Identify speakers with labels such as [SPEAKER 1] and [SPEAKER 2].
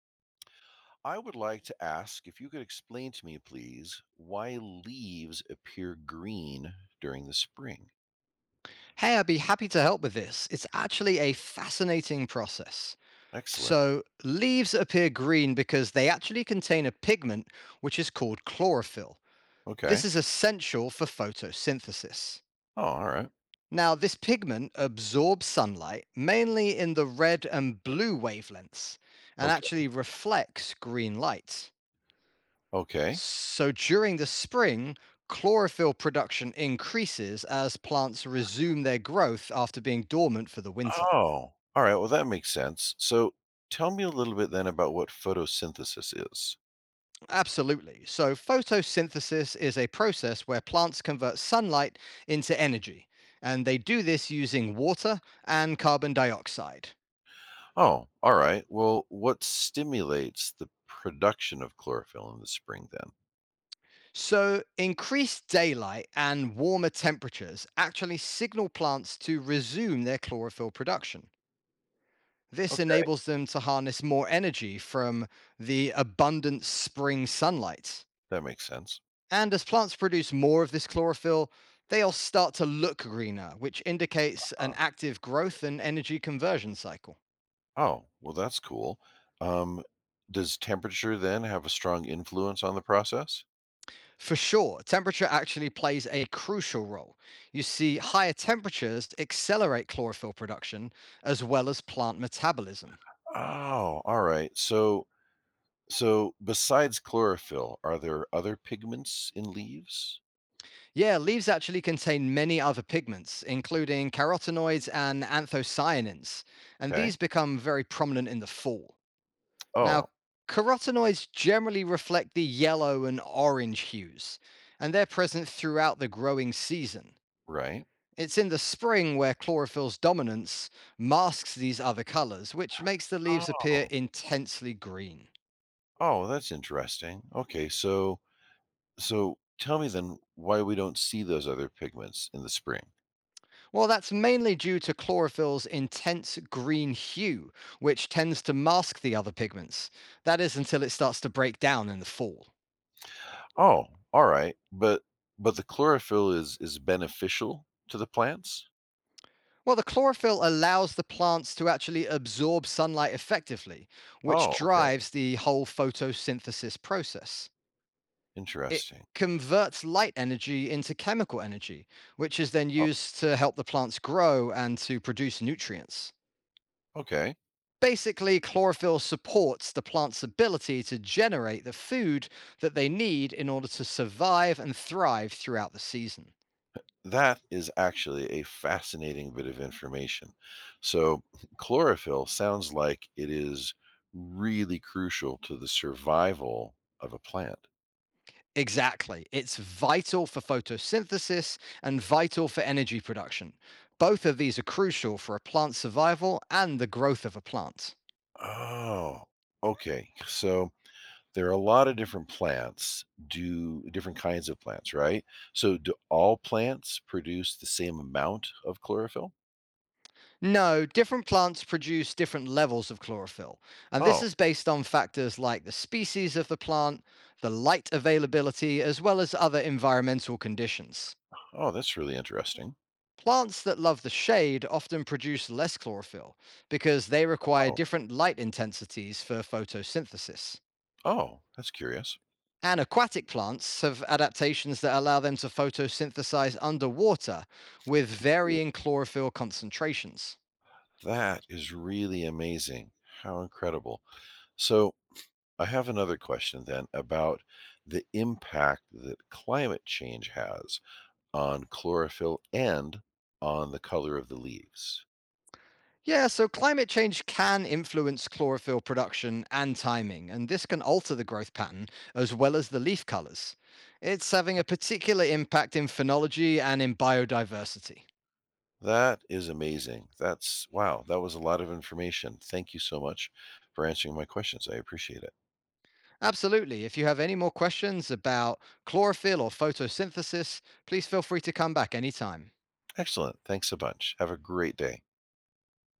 [SPEAKER 1] I would like to ask if you could explain to me, please, why leaves appear green during the spring.
[SPEAKER 2] Hey, I'd be happy to help with this. It's actually a fascinating process.
[SPEAKER 1] Excellent.
[SPEAKER 2] So, leaves appear green because they actually contain a pigment which is called chlorophyll. This
[SPEAKER 1] Okay.
[SPEAKER 2] is essential for photosynthesis.
[SPEAKER 1] Oh, all right.
[SPEAKER 2] Now, this pigment absorbs sunlight mainly in the red and blue wavelengths and
[SPEAKER 1] Okay.
[SPEAKER 2] actually reflects green light.
[SPEAKER 1] Okay.
[SPEAKER 2] So, during the spring, chlorophyll production increases as plants resume their growth after being dormant for the winter.
[SPEAKER 1] Oh, all right. Well, that makes sense. So tell me a little bit then about what photosynthesis is.
[SPEAKER 2] Absolutely. So, photosynthesis is a process where plants convert sunlight into energy, and they do this using water and carbon dioxide.
[SPEAKER 1] Oh, all right. Well, what stimulates the production of chlorophyll in the spring then?
[SPEAKER 2] So, increased daylight and warmer temperatures actually signal plants to resume their chlorophyll production. This
[SPEAKER 1] Okay.
[SPEAKER 2] enables them to harness more energy from the abundant spring sunlight.
[SPEAKER 1] That makes sense.
[SPEAKER 2] And as plants produce more of this chlorophyll, they'll start to look greener, which indicates an
[SPEAKER 1] Uh,
[SPEAKER 2] active growth and energy conversion cycle.
[SPEAKER 1] Oh, well, that's cool. Um, does temperature then have a strong influence on the process?
[SPEAKER 2] For sure, temperature actually plays a crucial role. You see, higher temperatures accelerate chlorophyll production as well as plant metabolism.
[SPEAKER 1] Oh, all right. So besides chlorophyll, are there other pigments in leaves?
[SPEAKER 2] Yeah, leaves actually contain many other pigments, including carotenoids and anthocyanins, and
[SPEAKER 1] Okay.
[SPEAKER 2] these become very prominent in the fall. Now,
[SPEAKER 1] Oh,
[SPEAKER 2] carotenoids generally reflect the yellow and orange hues, and they're present throughout the growing season.
[SPEAKER 1] right.
[SPEAKER 2] It's in the spring where chlorophyll's dominance masks these other colors, which makes the leaves appear
[SPEAKER 1] Oh.
[SPEAKER 2] intensely green.
[SPEAKER 1] Oh, that's interesting. Okay, so tell me then why we don't see those other pigments in the spring.
[SPEAKER 2] Well, that's mainly due to chlorophyll's intense green hue, which tends to mask the other pigments. That is until it starts to break down in the fall.
[SPEAKER 1] Oh, all right. But the chlorophyll is beneficial to the plants?
[SPEAKER 2] Well, the chlorophyll allows the plants to actually absorb sunlight effectively, which
[SPEAKER 1] Oh, okay.
[SPEAKER 2] drives the whole photosynthesis process. It
[SPEAKER 1] Interesting.
[SPEAKER 2] converts light energy into chemical energy, which is then
[SPEAKER 1] Oh,
[SPEAKER 2] used to help the plants grow and to produce nutrients.
[SPEAKER 1] okay.
[SPEAKER 2] Basically, chlorophyll supports the plant's ability to generate the food that they need in order to survive and thrive throughout the season.
[SPEAKER 1] That is actually a fascinating bit of information. So, chlorophyll sounds like it is really crucial to the survival of a plant.
[SPEAKER 2] Exactly. It's vital for photosynthesis and vital for energy production. Both of these are crucial for a plant's survival and the growth of a plant.
[SPEAKER 1] Oh, okay. So, there are a lot of different plants, do different kinds of plants, right? So, do all plants produce the same amount of chlorophyll?
[SPEAKER 2] No, different plants produce different levels of chlorophyll, and this
[SPEAKER 1] Oh,
[SPEAKER 2] is based on factors like the species of the plant, the light availability, as well as other environmental conditions.
[SPEAKER 1] oh, that's really interesting.
[SPEAKER 2] Plants that love the shade often produce less chlorophyll because they require
[SPEAKER 1] Oh,
[SPEAKER 2] different light intensities for photosynthesis.
[SPEAKER 1] oh, that's curious.
[SPEAKER 2] And aquatic plants have adaptations that allow them to photosynthesize underwater with varying chlorophyll concentrations.
[SPEAKER 1] That is really amazing. How incredible. So, I have another question then about the impact that climate change has on chlorophyll and on the color of the leaves.
[SPEAKER 2] Yeah, so climate change can influence chlorophyll production and timing, and this can alter the growth pattern as well as the leaf colors. It's having a particular impact in phenology and in biodiversity.
[SPEAKER 1] That is amazing. That's wow, that was a lot of information. Thank you so much for answering my questions. I appreciate it.
[SPEAKER 2] Absolutely. If you have any more questions about chlorophyll or photosynthesis, please feel free to come back anytime.
[SPEAKER 1] Excellent. Thanks a bunch. Have a great day.